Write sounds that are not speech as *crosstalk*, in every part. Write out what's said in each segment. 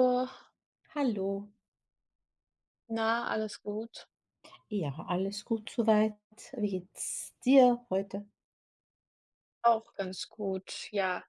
Oh, Hallo. na, alles gut. Ja, alles gut soweit. Wie geht's dir heute? Auch ganz gut, ja.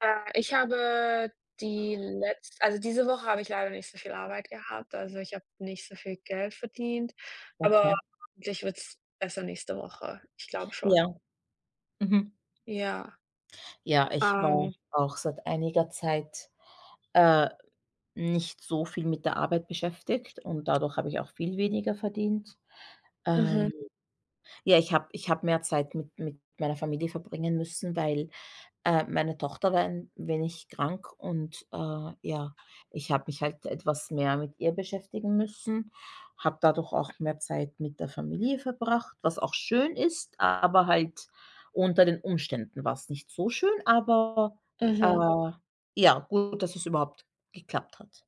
Ich habe die letzte, also diese Woche habe ich leider nicht so viel Arbeit gehabt, also ich habe nicht so viel Geld verdient, aber Okay. hoffentlich wird es besser nächste Woche. Ich glaube schon. Ja. Mhm. Ja, Ja, ich war ähm, auch seit einiger Zeit, äh, nicht so viel mit der Arbeit beschäftigt und dadurch habe ich auch viel weniger verdient. mhm, Ähm, ja, ich habe mehr Zeit mit meiner Familie verbringen müssen, weil meine Tochter war ein wenig krank und, ja, ich habe mich halt etwas mehr mit ihr beschäftigen müssen, habe dadurch auch mehr Zeit mit der Familie verbracht, was auch schön ist, aber halt unter den Umständen war's nicht so schön, aber, mhm. äh, ja, gut, dass es überhaupt geklappt hat.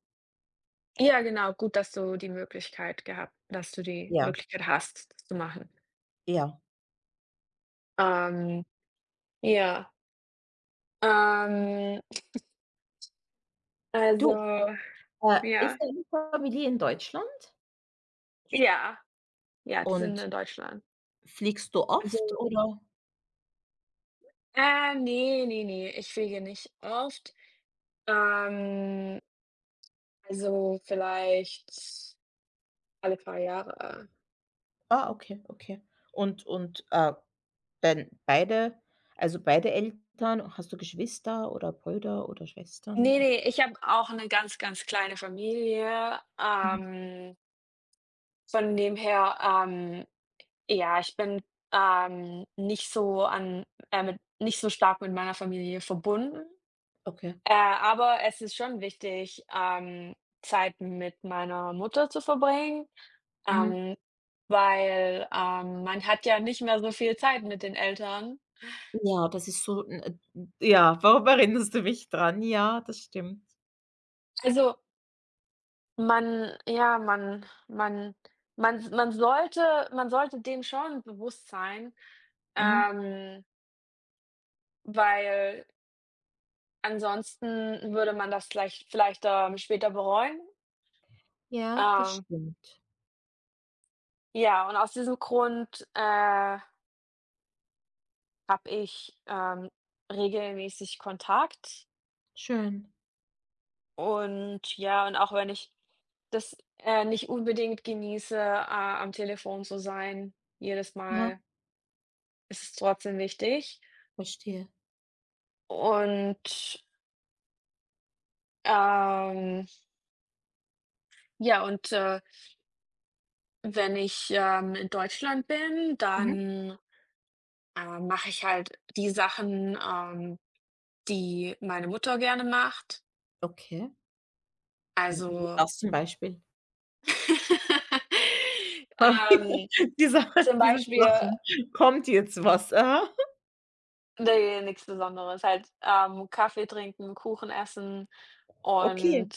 Ja, genau, gut, dass du die Möglichkeit gehabt dass du die Ja, Möglichkeit hast, das zu machen. ja. Ähm, ja, ähm, Du, also ist ja, deine Familie in Deutschland ja, ja, die sind und in Deutschland. fliegst du Also, oft oder? Ne, ne, ne, ich fege nicht oft. Ähm, also vielleicht alle paar Jahre. Ah, okay, okay. Und, dann beide, also beide Eltern, hast du Geschwister oder Brüder oder Schwestern? Ne, ne, ich habe auch eine ganz, ganz kleine Familie. Mhm, Von dem her, ja, ich bin, ähm, nicht so an nicht so stark mit meiner Familie verbunden. okay. Aber es ist schon wichtig, Zeit mit meiner Mutter zu verbringen, Mhm. ähm, weil, man hat ja nicht mehr so viel Zeit mit den Eltern. Ja, das ist so 'n, ja, warum erinnerst du mich dran? Ja, das stimmt. Also, man ja, man man man man sollte dem schon bewusst sein, Mhm. ähm, weil ansonsten würde man das vielleicht später bereuen. Ja, das Ähm, stimmt. ja, und aus diesem Grund, habe ich, regelmäßig Kontakt Schön. und ja, und auch wenn ich das, nicht unbedingt genieße, am Telefon zu sein, jedes Aha, Mal ist es trotzdem wichtig verstehe. und, ähm, ja, und, wenn ich, in Deutschland bin, Mhm. dann, mache ich halt die Sachen, die meine Mutter gerne macht. Okay. W wie Also, was zum Beispiel? *laughs* *laughs* ähm, Dieser zum dieses Beispiel Lachen. Kommt jetzt was? Aha. ne, nichts Besonderes, halt, Kaffee trinken, Kuchen essen und, Okay.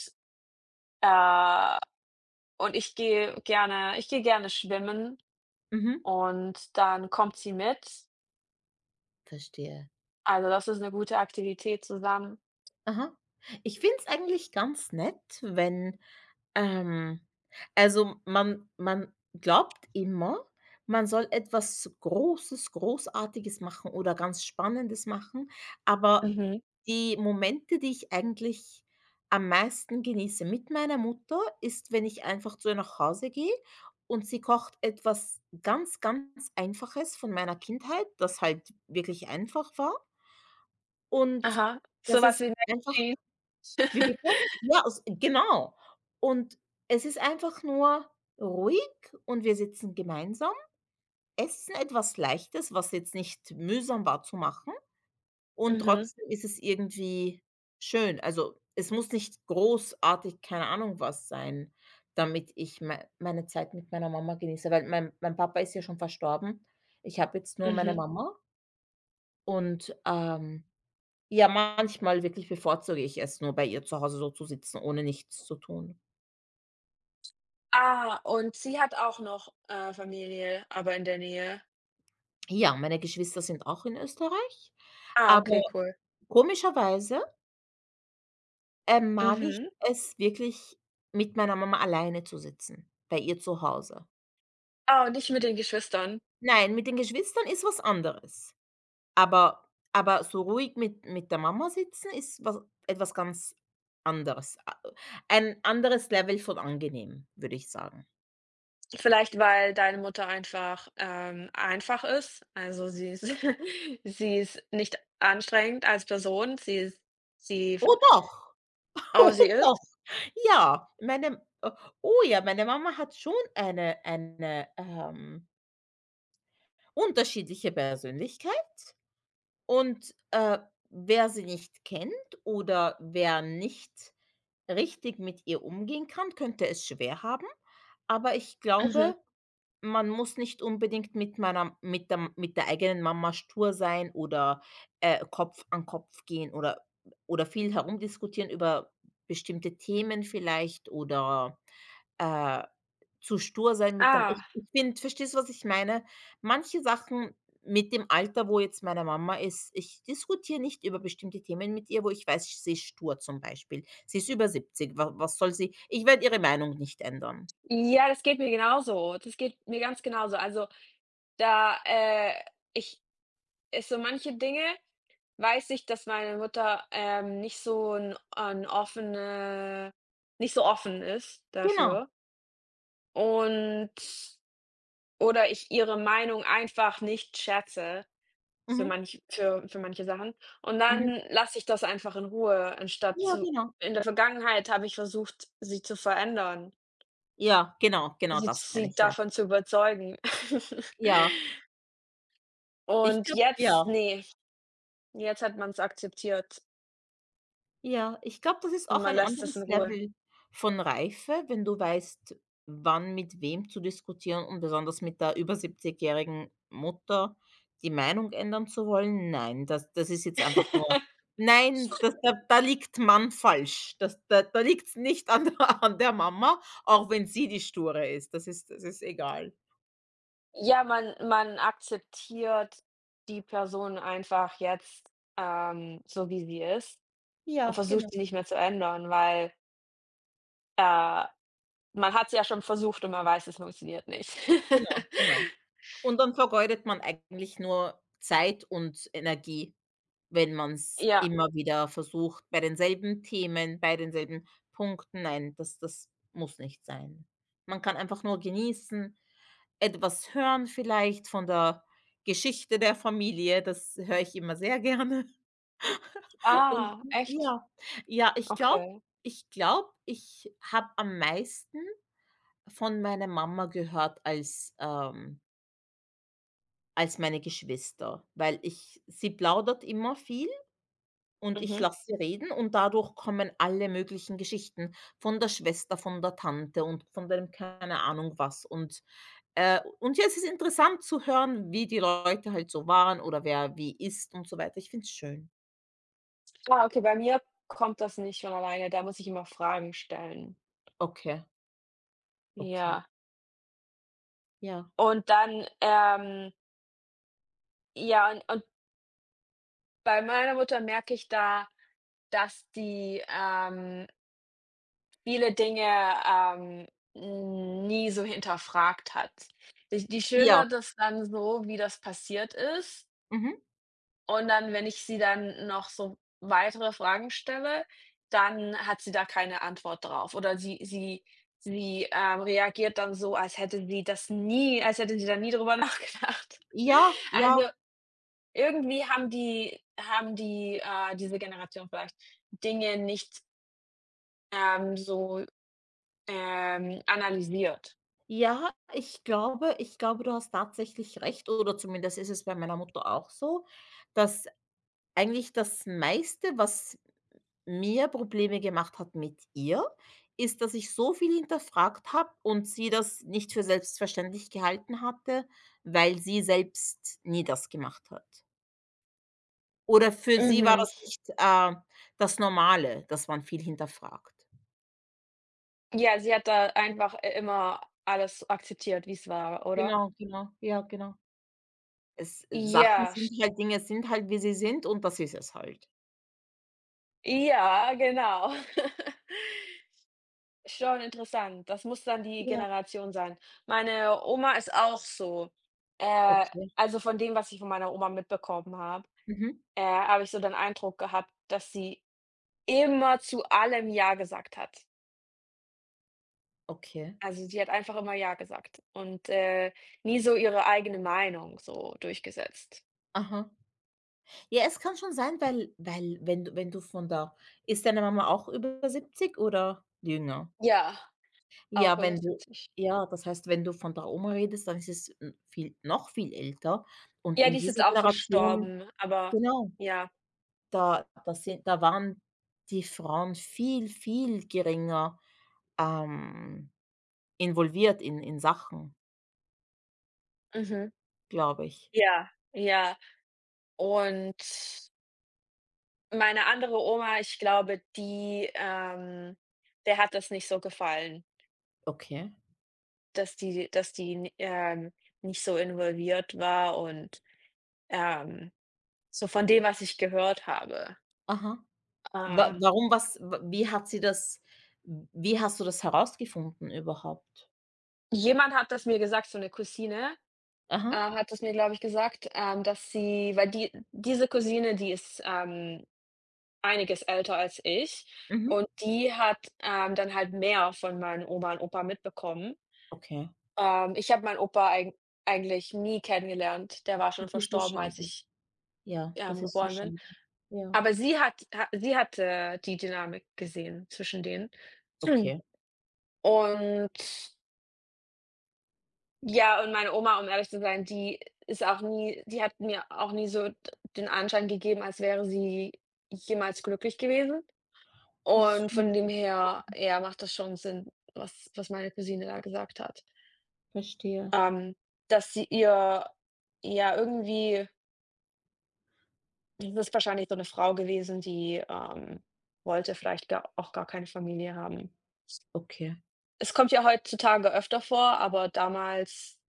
äh und ich gehe gerne schwimmen Mhm. und dann kommt sie mit. Verstehe. Also, das ist eine gute Aktivität zusammen. Aha. Ich finde es eigentlich ganz nett, wenn, Ähm, also, man glaubt immer, man soll etwas Großes, Großartiges machen oder ganz Spannendes machen, aber Mhm. die Momente, die ich eigentlich am meisten genieße mit meiner Mutter, ist, wenn ich einfach zu ihr nach Hause gehe und sie kocht etwas ganz, ganz Einfaches von meiner Kindheit, das halt wirklich einfach war und Aha. So das was ist wie einfach. Matching. Wie bitte? Ja, aus, genau. Und es ist einfach nur ruhig und wir sitzen gemeinsam, essen etwas Leichtes, was jetzt nicht mühsam war zu machen und Mhm, trotzdem ist es irgendwie schön. Also, es muss nicht großartig, keine Ahnung was sein, damit ich meine Zeit mit meiner Mama genieße, weil mein Papa ist ja schon verstorben. Ich habe jetzt nur meine mhm. Mama und, ja, manchmal wirklich bevorzuge ich es, nur bei ihr zu Hause so zu sitzen, ohne nichts zu tun. Ah, und sie hat auch noch, Familie, aber in der Nähe. Ja, meine Geschwister sind auch in Österreich, Ah, aber okay, cool. komischerweise, mag ich Mhm. es wirklich, mit meiner Mama alleine zu sitzen, bei ihr zu Hause. Ah, und nicht mit den Geschwistern? Nein, mit den Geschwistern ist was anderes, aber aber so ruhig mit der Mama sitzen ist was etwas ganz anderes. A ein anderes Level von angenehm, würde ich sagen. Vielleicht, weil deine Mutter einfach ist. Also, sie ist. *laughs* Sie ist nicht anstrengend als Person. Sie ist sie f Oh doch, *laughs* Oh, oh sie doch. ist? Ja, meine oh, oh, ja, meine Mama hat schon eine unterschiedliche Persönlichkeit und, wer sie nicht kennt oder wer nicht richtig mit ihr umgehen kann, könnte es schwer haben. Aber ich Mhm. glaube, man muss nicht unbedingt mit der eigenen Mama stur sein oder, Kopf an Kopf gehen oder viel herumdiskutieren über bestimmte Themen vielleicht oder, äh, zu stur sein mit dem. ich Ah, ich finde, verstehst du, was ich meine? Manche Sachen mit dem Alter, wo jetzt meine Mama ist. Ich diskutiere nicht über bestimmte Themen mit ihr, wo ich weiß, sie ist stur zum Beispiel. Sie ist über 70. Was soll sie? Ich werde ihre Meinung nicht ändern. ja, das geht mir genauso. Das geht mir ganz genauso. Also, da, ich ist so manche Dinge weiß ich, dass meine Mutter, nicht so ein 'n offene nicht so offen ist Genau. dafür und oder ich ihre Meinung einfach nicht schätze. Für Mhm. manch für für manche Sachen. Und dann Mhm. lasse ich das einfach in Ruhe, anstatt Ja, zu genau. In der Vergangenheit habe ich versucht, sie zu verändern, Ja, genau, genau sie das meine sie ich, ja. davon zu überzeugen. *laughs* Ja, ich Und glaube. jetzt, Ja, nee, jetzt hat man es akzeptiert ja, ich glaube, das ist und auch man ein lässt es in anderes Ruhe. Level von Reife, wenn du weißt, wann mit wem zu diskutieren und besonders mit der über siebzigjährigen Mutter die Meinung ändern zu wollen. Nein, das ist jetzt einfach nur. *laughs* Nein, das da da liegt man falsch. Das da da liegt's nicht an der *laughs* an der Mama, auch wenn sie die Sture ist. Das ist egal. Ja, man akzeptiert die Person einfach jetzt, so wie sie ist, und Ja, genau, versucht, sie nicht mehr zu ändern, weil, äh Man hat es ja schon versucht und man weiß, es funktioniert nicht. *laughs* genau, genau. Und dann vergeudet man eigentlich nur Zeit und Energie, wenn man es Ja. immer wieder versucht, bei denselben Themen, bei denselben Punkten. Nein, das muss nicht sein. Man kann einfach nur genießen, etwas hören vielleicht von der Geschichte der Familie, das höre ich immer sehr gerne. *laughs* Und Ah, echt? ja, ja, ich glaube Okay. ich glaube, ich habe am meisten von meiner Mama gehört als, als meine Geschwister, weil ich sie plaudert immer viel und ich Mhm. lasse sie reden und dadurch kommen alle möglichen Geschichten von der Schwester, von der Tante und von dem keine Ahnung was. Und ja, es ist interessant zu hören, wie die Leute halt so waren oder wer wie ist und so weiter. Ich finde es schön. Ah, okay, bei mir kommt das nicht von alleine, da muss ich immer Fragen stellen. Okay, okay, Ja. ja. Und dann, ja, und bei meiner Mutter merke ich da, dass die, viele Dinge, nie so hinterfragt hat. Die Ja, schildert das dann so, wie das passiert ist. mhm. Und dann, wenn ich sie dann noch so weitere Fragen stelle, dann hat sie da keine Antwort drauf, oder sie reagiert dann so, als hätte sie da nie drüber *laughs* nachgedacht. Ja, ja, Also, irgendwie haben die, diese Generation vielleicht Dinge nicht, so, analysiert. ja, ich glaube, du hast tatsächlich recht oder zumindest ist es bei meiner Mutter auch so, dass eigentlich das meiste, was mir Probleme gemacht hat mit ihr, ist, dass ich so viel hinterfragt habe und sie das nicht für selbstverständlich gehalten hatte, weil sie selbst nie das gemacht hat. Oder für sie war Mhm. das nicht, das Normale, dass man viel hinterfragt. Ja, sie hat da einfach i immer alles akzeptiert, wie es war, oder? Genau, genau, ja, genau. Es Sachen Ja, sind sch halt, Dinge sind halt, wie sie sind und das ist es halt. ja, genau. *laughs* Schon interessant. Das muss dann die Ja, Generation sein. Meine Oma ist auch so. Äh, okay. also von dem, was ich von meiner Oma mitbekommen habe, Mhm, habe ich so den Eindruck gehabt, dass sie immer zu allem ja gesagt hat. okay. Also sie hat einfach immer ja gesagt und, nie so ihre eigene Meinung so durchgesetzt. Aha. Ja, es kann schon sein, weil, wenn du von da. Ist deine Mama auch über 70 oder jünger? Ja, auch Ja, über wenn du 70. ja, das heißt, wenn du von der Oma redest, dann ist es, viel noch viel älter und Ja, in die ist dieser jetzt auch Generation, verstorben, aber genau. ja. Da waren die Frauen viel, viel geringer, ähm, involviert in Sachen, Mhm. glaube ich. Ja, ja. Und meine andere Oma, ich glaube, die der hat das nicht so gefallen, Okay. Dass die n nicht so involviert war und, ähm, so von dem, was ich gehört habe. Aha. Wa Äh, warum was, w wie hat sie das, wie hast du das herausgefunden überhaupt? Jemand hat das mir gesagt, so eine Cousine, Aha. hat das mir, glaube ich, gesagt, dass sie, weil diese Cousine, die ist, einiges älter als ich, Mhm. und die hat, dann halt mehr von meinen Oma und Opa mitbekommen. Okay. Ich habe meinen Opa eigentlich nie kennengelernt. Der war Das schon ist so verstorben, als schade. ich, Ja, das ist so geboren bin. schade. Ja. Aber sie hatte die Dynamik gesehen zwischen denen. Okay. Und ja, und meine Oma, um ehrlich zu sein, die hat mir auch nie so d den Anschein gegeben, als wäre sie jemals glücklich gewesen. Das ist Und so von sch dem her, ja, macht das schon Sinn, was meine Cousine da gesagt hat. Verstehe. Ähm, dass sie ihr ja irgendwie Das ist wahrscheinlich so eine Frau gewesen, die, wollte vielleicht gar auch gar keine Familie haben. Okay. Es kommt ja heutzutage öfter vor, aber damals,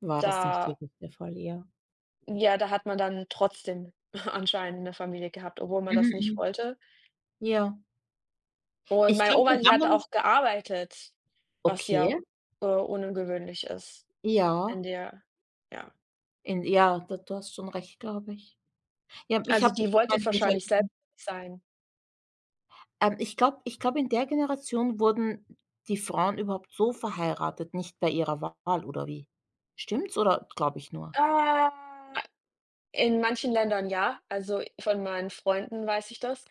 War das nicht da wirklich der Fall, ja. ja, da hat man dann trotzdem *laughs* anscheinend eine Familie gehabt, obwohl man Mhm, das nicht mhm. wollte. Ja. Und Ich meine glaube, Oma, wir die haben hat uns. auch gearbeitet, was Okay, ja, ungewöhnlich ist ja, in der ja. in, ja, da, du hast schon recht, glaube ich. Ja, ich Also, habe die ich habe wollte meinen wahrscheinlich *unintelligible* selbst sein. Ich glaube, in der Generation wurden die Frauen überhaupt so verheiratet, nicht bei ihrer Wahl oder wie? Stimmt's oder glaube ich nur? Ah. In manchen Ländern ja, also von meinen Freunden weiß ich das,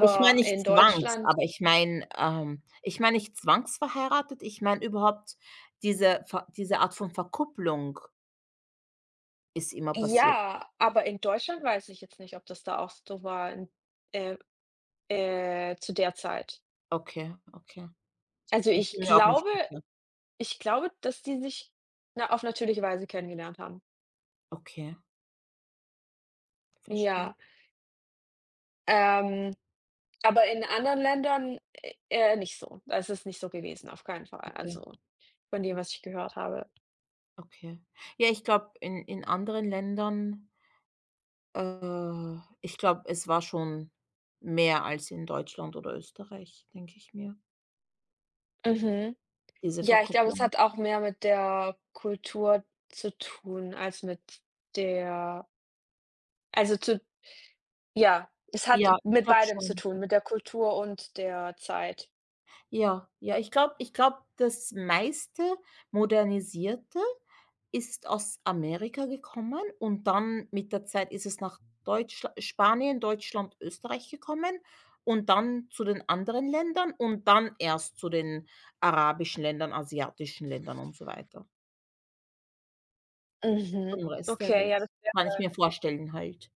Ich meine nicht in zwangs, Deutschland aber ich meine nicht zwangsverheiratet, ich meine überhaupt diese Art von Verkupplung ist immer passiert. Weiß ich jetzt nicht, ob das da auch so war in äh, zu der Zeit. Okay, okay. Also, Ich ich bin mir auch nicht glaube sicher. ich glaube, dass die sich na auf natürliche Weise kennengelernt haben. Okay, verstehe. Ja, ähm, aber in anderen Ländern, nicht so. Es ist nicht so gewesen, auf keinen Fall. Okay, Also, von dem, was ich gehört habe. okay. Ja, ich glaube, in anderen Ländern ich glaube, es war schon mehr als in Deutschland oder Österreich, denke ich mir, Mhm. diese Ja, ich glaube, es Verkupplung. hat auch mehr mit der Kultur zu tun als mit der also zu ja, es hat Ja, ich mit glaube beidem zu schon. tun, mit der Kultur und der Zeit. Ja, ja, ich glaube, das meiste Modernisierte ist aus Amerika gekommen und dann mit der Zeit ist es nach Deutschla Spanien, Deutschland, Österreich gekommen und dann zu den anderen Ländern und dann erst zu den arabischen Ländern, asiatischen Ländern und so weiter. Mhm. Vom Rest der Okay, Welt, ja, das wäre kann ich mir vorstellen halt.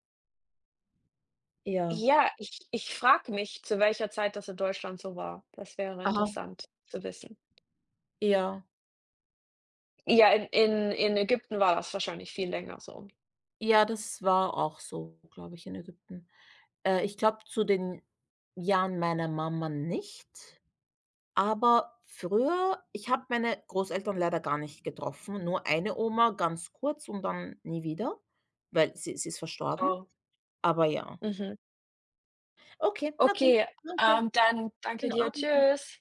Ja. ja, ich frage mich, zu welcher Zeit das in Deutschland so war. Das wäre Aha, interessant zu wissen. ja. Ja, in Ägypten war das wahrscheinlich viel länger so. Ja, das war auch so, glaube ich, in Ägypten. Ich glaube, zu den Jahren meiner Mama nicht, aber früher ich habe meine Großeltern leider gar nicht getroffen, nur eine Oma ganz kurz und dann nie wieder, weil sie ist verstorben, Genau. aber ja. Mhm. Okay, na gut, Okay, danke. Dann danke Schönen dir. Abend. Tschüss.